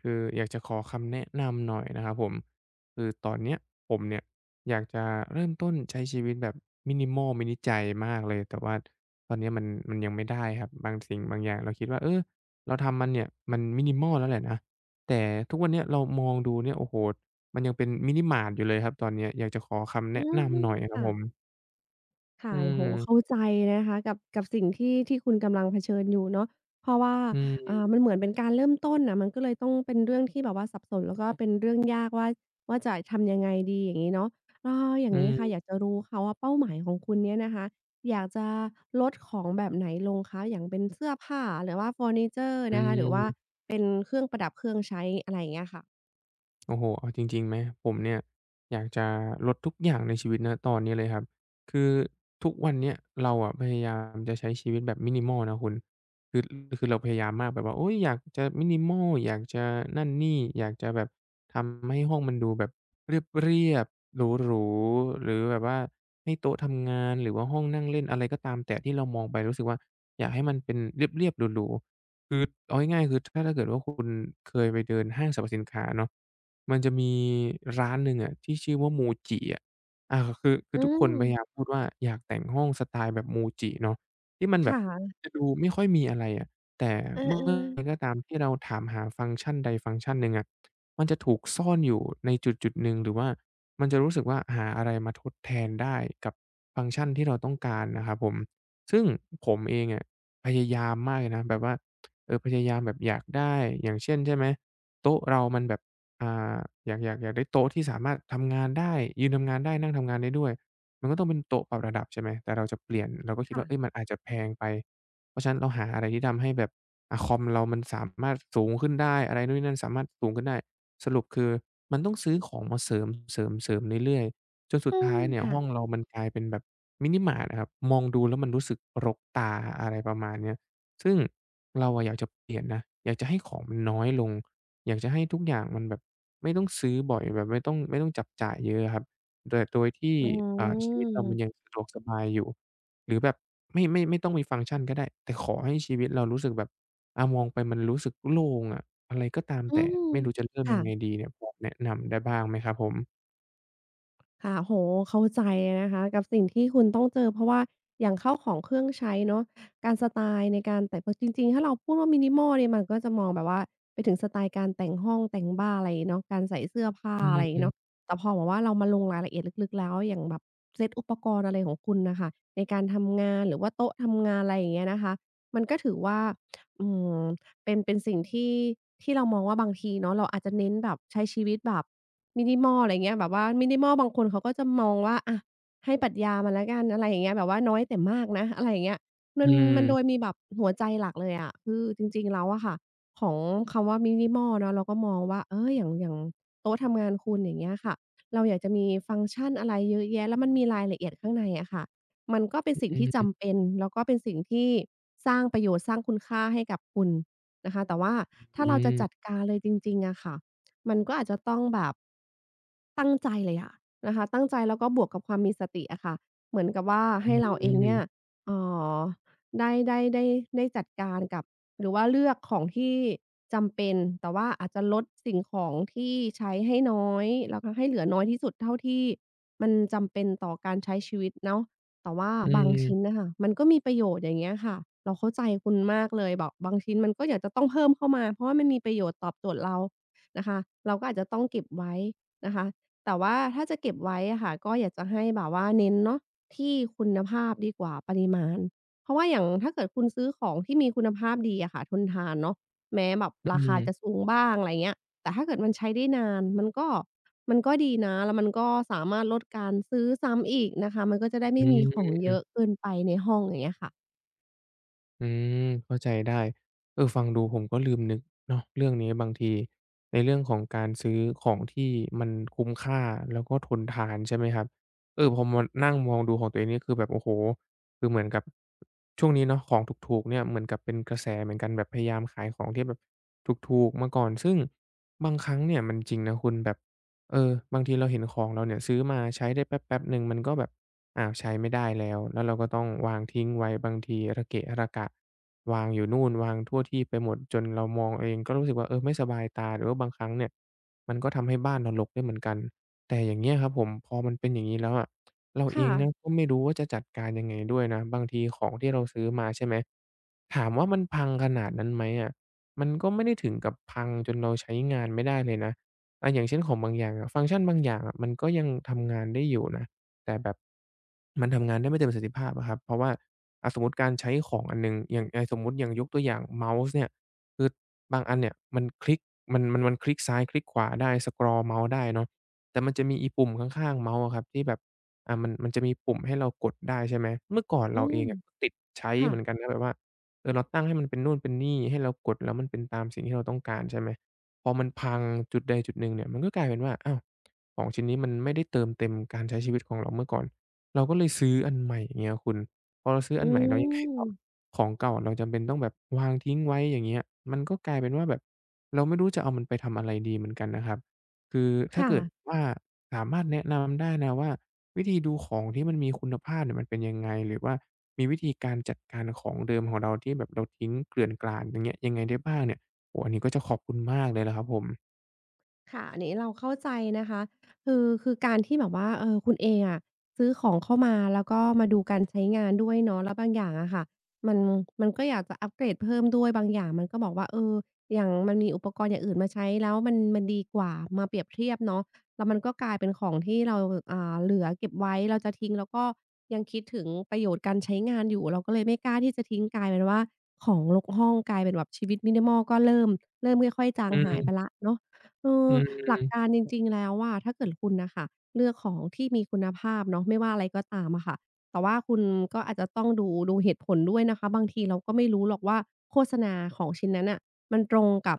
คืออยากจะขอคำแนะนำหน่อยนะครับผมคือตอนเนี้ยผมเนี่ยอยากจะเริ่มต้นใช้ชีวิตแบบม i นิม a ลมินิจัยมากเลยแต่ว่าตอนเนี้ยมันยังไม่ได้ครับบางสิ่งบางอย่างเราคิดว่าเออเราทำมันเนี่ยมันม i นิ m อลแล้วแหละนะแต่ทุกวันเนี้ยเรามองดูเนี่ยโอ้โฮมันยังเป็น m i ิมาร์ t อยู่เลยครับตอนเนี้ยอยากจะขอคำอืแนะนำหมน่อยครับผมค่ะอืค่ะโอ้โฮเข้ามใจนะคะกับสิ่งที่คุณกำลังเผชิญอยู่เนาะเพราะว่าอืมมันเหมือนเป็นการเริ่มต้นน่ะมันก็เลยต้องเป็นเรื่องที่แบบว่าสับสนแล้วก็เป็นเรื่องยากว่าจะทำยังไงดีอย่างงี้เนาะเอาอย่าองงี้ค่ะอยากๆจะรู้ค่ะว่าเป้าหมายของคุณเนี่ยนะคะอยากจะลดของแบบไหนลงคะอย่างเป็นเสื้อผ้าหรือว่าเฟอร์นิเจอร์ออืนะคะหรือว่าม เป็นเครื่องประดับเครื่องใช้อะไรอย่างเงี้ยค่ะโอ้โฮเอาจริงๆไหมผมเนี่ยอยากจะลดทุกอย่างในชีวิตณตอนนี้เลยครับคือทุกวันเนี้ยเราอะพยายามจะใช้ชีวิตแบบ minimal นะคุณคือคือเราพยายามมากแบบว่าโอ๊ยอยากจะ minimal อยากจะนั่นนี่อยากจะแบบทำให้ห้องมันดูแบบเรียบๆหรูๆหรือแบบว่าให้โต๊ะทำงานหรือว่าห้องนั่งเล่นอะไรก็ตามแต่ที่เรามองไปรู้สึกว่าอยากให้มันเป็นเรียบๆหรูๆ คือเอาง่ายๆคือถ้าเกิดว่าคุณเคยไปเดินห้างสรรพสินค้าเนาะมันจะมีร้านหนึ่งอะที่ชื่อว่า MUJI อะอาคืออืทุกคนมพยายามพูดว่าอยากแต่งห้องสไตล์แบบ MUJI เนาะที่มันแบบค่ะจะดูไม่ค่อยมีอะไรอะแต่เอเมื่ออไหรๆก็ตามที่เราถามหาฟังก์ชันใดฟังก์ชันหนึ่งอะมันจะถูกซ่อนอยู่ในจุดๆหนึ่งหรือว่ามันจะรู้สึกว่าหาอะไรมาทดแทนได้กับฟังก์ชันที่เราต้องการนะครับผมซึ่งผมเองอะพยายามมากเลยนะแบบว่า เออพยายามแบบอยากได้ อย่างเช่นใช่ไหมโต๊ะเรามันแบบอ่าอยากได้โต๊ะที่สามารถทำงานได้ยืนทำงานได้นั่งทำงานได้ด้วยมันก็ต้องเป็นโต๊ะปรับระดับใช่ไหมแต่เราจะเปลี่ยนเราก็คิดค่ะว่าเฮ้ยมันอาจจะแพงไปเพราะฉะนั้นเราหาอะไรที่ทำให้แบบอะคอมเรามันสามารถสูงขึ้นได้อะไรนู่นนี่นั่นสามารถสูงขึ้นได้สรุปคือมันต้องซื้อของมาเสริมเสริมเรื่อยๆจนสุอืดมท้ายเนี่ยห้องค่ะ เรามันกลายเป็นแบบมินิมาร์ตอะครับมองดูแล้วมันรู้สึกรกตาอะไรประมาณเนี้ย ซึ่งเราอะอยากจะเปลี่ยนนะอยากจะให้ของมันน้อยลงอยากจะให้ทุกอย่างมันแบบไม่ต้องซื้อบ่อยแบบไม่ต้องจับจ่ายเยอะอะครับโดยที่อือ่าชีวิตเรามันยังมสะดวกสบายอยู่หรือแบบไม่ต้องมีฟังก์ชันก็ได้แต่ขอให้ชีวิตเรารู้สึกแบบอามองไปมันรู้สึกโล่งอะอะไรก็ตามอืแต่มไม่รู้จะเริ่มยังไงค่ะ ดีเนี่ยพอแนะนำได้บ้างไหมครับผมค่ะโอ้โฮเข้าใจนะคะกับสิ่งที่คุณต้องเจอเพราะว่าอย่างข้าวของเครื่องใช้เนาะการสไตล์ในการแต่งจริงๆถ้าเราพูดว่า minimal เนี่ยมันก็จะมองแบบว่าไปถึงสไตล์การแต่งห้องแต่งบ้านอะไรอย่างงี้เนาะการใส่เสื้อผ้าอือะไรอย่างงี้มเนาะแต่พอแบบว่าเรามาลงรายละเอียดลึกๆแล้วอย่างแบบเซตอุปกรณ์อะไรของคุณน่ะค่ะในการทำงานหรือว่าโต๊ะทำงานอะไรอย่างเงี้ยนะคะมันก็ถือว่าอืมเป็นสิ่งที่เรามองว่าบางทีเนาะเราอาจจะเน้นแบบใช้ชีวิตแบบ minimal อะไรเงี้ยแบบว่า minimal บางคนเขาก็จะมองว่าอะให้ปรัชญามาแล้วกันอะไรอย่างเงี้ยแบบว่าน้อยแต่มากนะอะไรอย่างเงี้ยมัอืนมัมนโดยมีแบบหัวใจหลักเลยอะคือจริงๆแล้วอะค่ะของคำว่า minimal เนาะเราก็มองว่าเอออย่างโต๊ะทำงานคุณอย่างเงี้ยค่ะเราอยากจะมีฟังก์ชันอะไรเยอะแยะแล้วมันมีรายละเอียดข้างในอะค่ะมันก็เป็นสิ่งที่อืจำอเป็นแล้วก็เป็นสิ่งที่สร้างประโยชน์สร้างคุณค่าให้กับคุณนะคะแต่ว่าอืถ้าอเราจะจัดการเลยจริงๆอะค่ะ มันก็อาจจะต้องแบบตั้งใจเลยอะนะคะตั้งใจแล้วก็บวกกับความมีสติอะค่ะเหมือนกับว่าอืให้เราเองเนี่ยมเอ่อได้ได้จัดการกับหรือว่าเลือกของที่จำเป็นแต่ว่าอาจจะลดสิ่งของที่ใช้ให้น้อยแล้วก็ให้เหลือน้อยที่สุดเท่าที่มันจำเป็นต่อการใช้ชีวิตเนาะแต่ว่าอืบางชิ้นมน่ะค่ะมันก็มีประโยชน์อย่างเงี้ยค่ะเราเข้าใจคุณมากเลยแบบบางชิ้นมันก็อยากจะต้องเพิ่มเข้ามาเพราะว่ามันมีประโยชน์ตอบโจทย์เรา นะคะเราก็อาจจะต้องเก็บไว้นะคะแต่ว่าถ้าจะเก็บไว้อะค่ะก็อยากจะให้แบบว่าเน้นเนาะที่คุณภาพดีกว่าปริมาณเพราะว่าอย่างถ้าเกิดคุณซื้อของที่มีคุณภาพดีอะค่ะทนทานเนาะแม้แบบอืราคามจะสูงบ้างอะไรเงี้ยแต่ถ้าเกิดมันใช้ได้นานมันก็มันก็ดีนะแล้วมันก็สามารถลดการซื้อซ้ำอีกนะคะมันก็จะได้อืไม่มีของเยอะม เกินไปในห้องอย่างเงี้ยค่ะอืมเข้าใจได้เออฟังดูผมก็ลืมนึกเนาะเรื่องนี้บางทีในเรื่องของการซื้อของที่มันคุ้มค่าแล้วก็ทนทานใช่ไหมครับเออพอมานั่งมองดูของตัวเองนี่คือแบบโอ้โฮคือเหมือนกับช่วงนี้เนาะของถูกๆเนี่ยเหมือนกับเป็นกระแสเหมือนกันแบบพยายามขายของที่แบบถูกๆมาก่อนซึ่งบางครั้งเนี่ยมันจริงนะคุณแบบ เออบางทีเราเห็นของเราเนี่ยซื้อมาใช้ได้แป๊บๆหนึ่งมันก็แบบอ้าวใช้ไม่ได้แล้วแล้วเราก็ต้องวางทิ้งไว้บางทีระเกะระกะวางอยู่นู่นวางทั่วที่ไปหมดจนเรามองเองก็รู้สึกว่าเออไม่สบายตาหรือว่าบางครั้งเนี่ยมันก็ทำให้บ้านเรารกได้เหมือนกันแต่อย่างเงี้ยครับผมพอมันเป็นอย่างงี้แล้วอะเราเองนะค่ะก็ไม่รู้ว่าจะจัดการยังไงด้วยนะบางทีของที่เราซื้อมาใช่ไหมถามว่ามันพังขนาดนั้นไหมอะมันก็ไม่ได้ถึงกับพังจนเราใช้งานไม่ได้เลยนะ อย่างเช่นของบางอย่างอะฟังก์ชันบางอย่างอะมันก็ยังทำงานได้อยู่นะแต่แบบมันทำงานได้ไม่เต็มประสิทธิภาพอะครับเพราะว่าสมมุติการใช้ของอันหนึ่งอย่างสมมุติอย่างยกตัวอย่างเมาส์เนี่ยคือบางอันเนี่ยมันคลิกมันคลิกซ้ายคลิกขวาได้สครอลเมาส์ได้เนาะแต่มันจะมีอีปุ่มข้างๆเมาส์อะครับที่แบบมันจะมีปุ่มให้เรากดได้ใช่ไหมเมื่อก่อนอืเราเองมอะก็ติดใช้ค่ะเหมือนกันนะแบบว่าเออเราตั้งให้มันเป็นนู่นเป็นนี่ให้เรากดแล้วมันเป็นตามสิ่งที่เราต้องการใช่ไหม พอมันพังจุดใดจุดหนึ่งเนี่ยมันก็กลายเป็นว่าอ้าวของชิ้นนี้มันไม่ได้เติมเต็มการใช้ชีวิตของเราเมื่อก่อนเราก็เลยซื้ออันใหม่อย่างเงี้ยคุณพอเราซื้ออือันใหม่แล้วยังไงมต่อของเก่าเราจำเป็นต้องแบบวางทิ้งไว้อย่างเงี้ยมันก็กลายเป็นว่าแบบเราไม่รู้จะเอามันไปทำอะไรดีเหมือนกันนะครับคือถ้าค่ะ เกิดว่าสามารถแนะนำได้นะว่าวิธีดูของที่มันมีคุณภาพเนี่ยมันเป็นยังไงหรือว่ามีวิธีการจัดการของเดิมของเราที่แบบเราทิ้งเกลื่อนกลาดอย่างเงี้ยยังไงได้บ้างเนี่ย โอ้โฮอันนี้ก็จะขอบคุณมากเลยนะครับผมค่ะอันนี้เราเข้าใจนะคะคือการที่แบบว่าเออคุณเองอะซื้อของเข้ามาแล้วก็มาดูการใช้งานด้วยเนาะแล้วบางอย่างอะค่ะมันมันก็อยากจะอัปเกรดเพิ่มด้วยบางอย่างมันก็บอกว่าเอออย่างมันมีอุปกรณ์อย่างอื่นมาใช้แล้วมันดีกว่ามาเปรียบเทียบเนาะแล้วมันก็กลายเป็นของที่เราเหลือเก็บไว้เราจะทิ้งแล้วก็ยังคิดถึงประโยชน์การใช้งานอยู่เราก็เลยไม่กล้าที่จะทิ้งกลายเป็นว่าของรกห้องกลายเป็นแบบชีวิต minimal ก็เริ่มค่อยๆจางอืหายไปแล้วมเนาะ เอออืหลักการมจริงๆ แล้วอะถ้าเกิดคุณน่ะค่ะเลือกของที่มีคุณภาพเนาะไม่ว่าอะไรก็ตามอะค่ะแต่ว่าคุณก็อาจจะต้องดูเหตุผลด้วยนะคะบางทีเราก็ไม่รู้หรอกว่าโฆษณาของชิ้นนั้นน่ะมันตรงกับ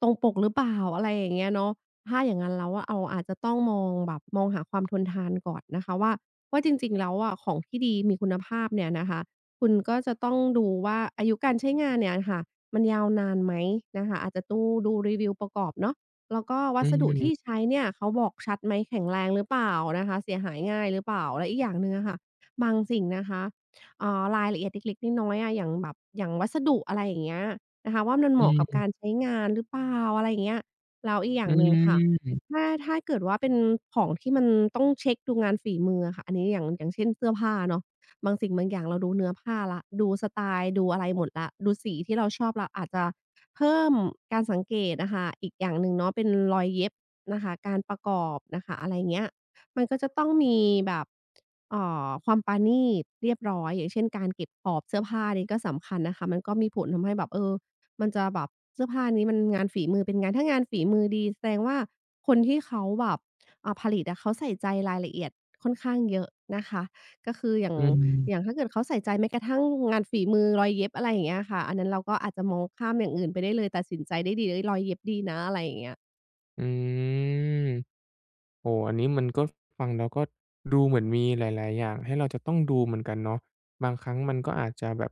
ตรงปกหรือเปล่าอะไรอย่างเงี้ยเนาะถ้าอย่างงั้นแล้วอะเราอาจจะต้องมองแบบมองหาความทนทานก่อนนะคะว่าจริงๆ แล้วอะของที่ดีมีคุณภาพเนี่ยนะคะคุณก็จะต้องดูว่าอายุการใช้งานเนี่ยค่ะมันยาวนานไหมนะคะอาจจะตู้ดูรีวิวประกอบเนาะ แล้วก็วัอืสดุมที่ใช้เนี่ยเขาบอกชัดไหมแข็งแรงหรือเปล่านะคะเสียหายง่ายหรือเปล่าและอีกอย่างหนึ่งอะค่ะบางสิ่งนะคะเอ่ารายละเอียดเล็กๆน้อยๆอะอย่างแบบอย่างวัสดุอะไรอย่างเงี้ยนะคะว่ามันเหมาะกับอืมการใช้งานหรือเปล่าอะไรอย่างเงี้ยแล้วอีกออืย่างหนึ่งค่ะมถ้าเกิดว่าเป็นของที่มันต้องเช็กดูงานฝีมืออะค่ะอันนี้อย่างเช่นเสื้อผ้าเนาะ บางสิ่งบางอย่างเราดูเนื้อผ้าละดูสไตล์ดูอะไรหมดละดูสีที่เราชอบเลาอาจจะเพิ่มการสังเกตอะค่ะอีกอย่างหนึ่งเนาะเป็นรอยเย็บนะคะการประกอบนะคะอะไรเงี้ยมันก็จะต้องมีแบบความประณีตเรียบร้อยอย่างเช่นการเก็บขอบเสื้อผ้านี่ก็สำคัญนะคะมันก็มีผลทำให้แบบเออมันจะแบบเสื้อผ้านี้มันงานฝีมือเป็นไงถ้างานฝีมือดีแสดงว่าคนที่เขาแบบผลิตอะเขาใส่ใจรายละเอียดค่อนข้างเยอะนะคะก็คืออย่าง อือย่างมถ้าเกิดเขาใส่ใจแม้กระทั่งงานฝีมือรอยเย็บอะไรอย่างเงี้ยค่ะอันนั้นเราก็อาจจะมองข้ามอย่างอื่นไปได้เลยตัดสินใจได้ดีเฮ้ยรอยเย็บดีนะอะไรอย่างเงี้ยอืมโอ้โฮอันนี้มันก็ฟังแล้วก็ดูเหมือนมีหลายๆอย่างให้เราจะต้องดูเหมือนกันเนาะ บางครั้งมันก็อาจจะแบบ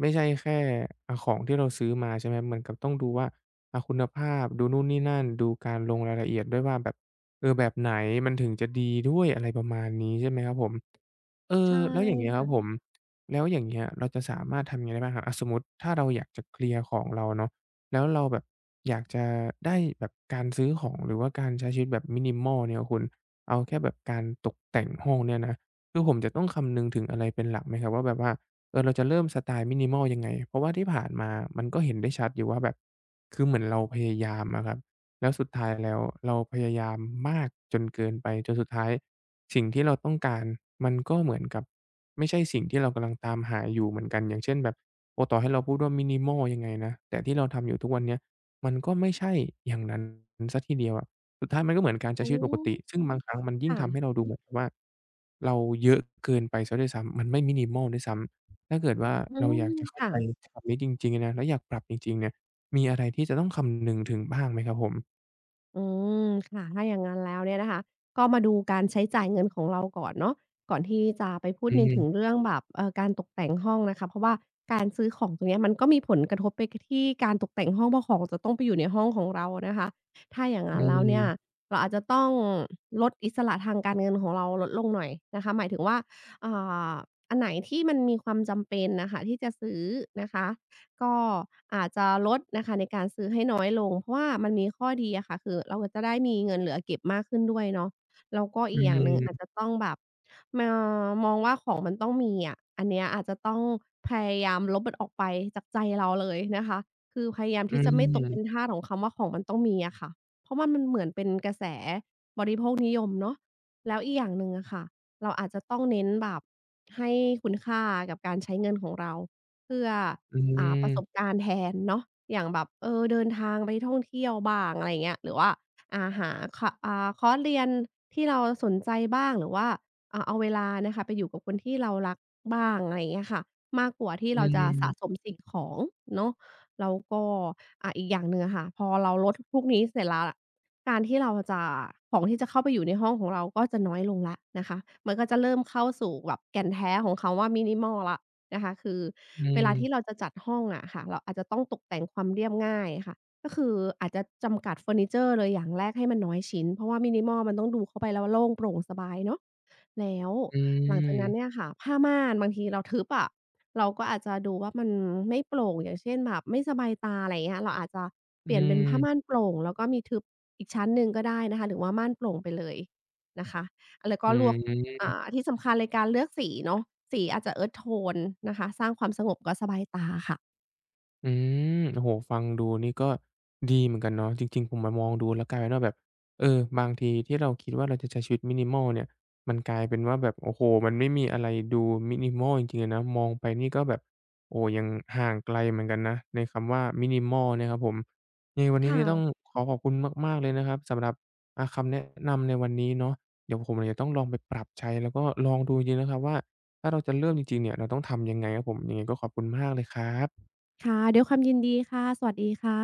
ไม่ใช่แค่ของที่เราซื้อมาใช่ไหมเหมือนกับต้องดูว่าคุณภาพดูนู่นนี่นั่นดูการลงรายละเอียดด้วยว่าแบบเออแบบไหนมันถึงจะดีด้วยอะไรประมาณนี้ใช่ไหมครับผม เออใช่แล้วอย่างเงี้ยครับผค่ะมแล้วอย่างเงี้ยเราจะสามารถทำยังไงได้บ้างครับอะสมมุติถ้าเราอยากจะเคลียร์ของเราเนาะแล้วเราแบบอยากจะได้แบบการซื้อของหรือว่าการใช้ชีวิตแบบ minimal เนี่ยคุณเอาแค่แบบการตกแต่งห้องเนี่ยนะคือผมจะต้องคำนึงถึงอะไรเป็นหลักไหมครับว่าแบบว่าเออเราจะเริ่มสไตล์ minimal ยังไงเพราะว่าที่ผ่านมามันก็เห็นได้ชัดอยู่ว่าแบบคือเหมือนเราพยายามอะครับ แล้วสุดท้ายแล้วเราพยายามมากจนเกินไปจนสุดท้ายสิ่งที่เราต้องการมันก็เหมือนกับไม่ใช่สิ่งที่เรากำลังตามหาอยู่เหมือนกันอย่างเช่นแบบโอ้ต่อให้เราพูดว่า minimal ยังไงนะแต่ที่เราทำอยู่ทุกวันเนี้ยมันก็ไม่ใช่อย่างนั้นเสียทีเดียวอะสุดท้ายมันก็เหมือนการอืใช้ชีวิตปกมติซึ่งบางครั้งมันยิ่งทำให้ค่ะเราดูเหมือนกับว่าเราเยอะเกินไปเสียด้วยซ้ำมันไม่ minimal ด้วยซ้ำถ้าเกิดว่าอืเรามอยากจะเข้าค่ะ ใจคำนี้จริงๆอะนะแล้วอยากปรับจริงๆเนี่ยมีอะไรที่จะต้องคำนึงถึงบ้างไหมครับผม อืมค่ะถ้าอย่างงั้นแล้วเนี่ยนะคะก็มาดูการใช้จ่ายเงินของเราก่อนเนาะก่อนที่จะไปพูดอืในมถึงเรื่องแบบการตกแต่งห้องนะคะเพราะว่าการซื้อของตรงเนี้ยมันก็มีผลกระทบไปที่การตกแต่งห้องเพราะของจะต้องไปอยู่ในห้องของเรานะคะถ้าอย่างอืงั้นแล้วเนี่ยมเราอาจจะต้องลดอิสระทางการเงินของเราลดลงหน่อยนะคะหมายถึงว่าอ่าอันไหนที่มันมีความจำเป็นน่ะค่ะที่จะซื้อนะคะ ก็อาจจะลดนะคะในการซื้อให้น้อยลงเพราะว่ามันมีข้อดีอะค่ะคือเราจะได้มีเงินเหลือเก็บมากขึ้นด้วยเนาะแล้วก็อือีกอย่างหนึ่งอาจมจะต้องแบบมมองว่าของมันต้องมีอะอันเนี้ยอาจจะต้องพยายามลบมันออกไปจากใจเราเลยนะคะคือพยายามอืที่จะไม่ตกเป็นมทาสของคำว่าของมันต้องมีอะค่ะเพราะว่ามันเหมือนเป็นกระแส ภคนิยมเนาะแล้วอีกอย่างหนึ่งอะค่ะเราอาจจะต้องเน้นแบบให้คุณค่ากับการใช้เงินของเราเพื่ออืประสบมการณ์แทนเนาะอย่างแบบเออเดินทางไปท่องเที่ยวบ้างอะไรอย่างเงี้ยหรือว่าอ่าหาคอ่าคอร์สเรียนที่เราสนใจบ้างหรือว่าเอาเวลานะคะไปอยู่กับคนที่เรารักบ้างอะไรอย่างเงี้ยค่ะมากกว่าที่อืเราจะสะสมมสิ่งของเนาะแล้วก็อีกอย่างหนึ่งอะค่ะพอเราลดพวกนี้เสร็จแล้ว การที่เราจะของที่จะเข้าไปอยู่ในห้องของเราก็จะน้อยลงแล้วนะคะมันก็จะเริ่มเข้าสู่แบบแก่นแท้ของคำว่า minimal แล้วนะคะคืออืเวมลาที่เราจะจัดห้องอะค่ะเราอาจจะต้องตกแต่งความเรียบง่ายค่ะก็คืออาจจะจำกัดเฟอร์นิเจอร์เลยอย่างแรกให้มันน้อยชิ้นเพราะว่า minimal มันต้องดูเข้าไปแล้วาโล่งโปร่งสบายเนาะแล้วอหลังจากนั้นืเนี่มยค่ะผ้าม่านบางทีเราทึบอะ เราก็อาจจะดูว่ามันไม่โปร่งอย่างเช่นแบบไม่สบายตาอะไรอย่างเงี้ยเราอาจจะเปอืลี่ยนเป็นผ้าม่านมโปร่งแล้วก็มีทึบอีกชั้นหนึ่งก็ได้นะคะหรือว่าม่านโปร่งไปเลยนะคะแล้วก็อืลวกม ที่สำคัญเลยการเลือกสีเนาะสีอาจจะ earth tone นะคะสร้างความสงบก็สบายตาค่ะอืมโอ้โฮฟังดูนี่ก็ดีเหมือนกันเนาะจริงๆผมมามองดูแล้วกลายเป็นว่าแบบเออบางทีที่เราคิดว่าเราจะใช้ชีวิต minimal เนี่ยมันกลายเป็นว่าแบบโอ้โฮมันไม่มีอะไรดู minimal จริงๆเลยนะ มองไปนี่ก็แบบโอ้โฮยังห่างไกลเหมือนกันนะในคำว่า minimal เนี่ยครับผมยังไงวันคนี้นี่ต้อง่ะขอขอบคุณมากๆเลยนะครับสำหรับคำแนะนำในวันนี้เนาะเดี๋ยวผมอาจจะต้องลองไปปรับใช้แล้วก็ลองดูจริงๆนะครับว่าถ้าเราจะเริ่มจริงๆเนี่ยเราต้องทำยังไงครับผมยังไงก็ขอบคุณมากเลยครับค่ะด้วยความยินดีค่ะสวัสดีค่ะ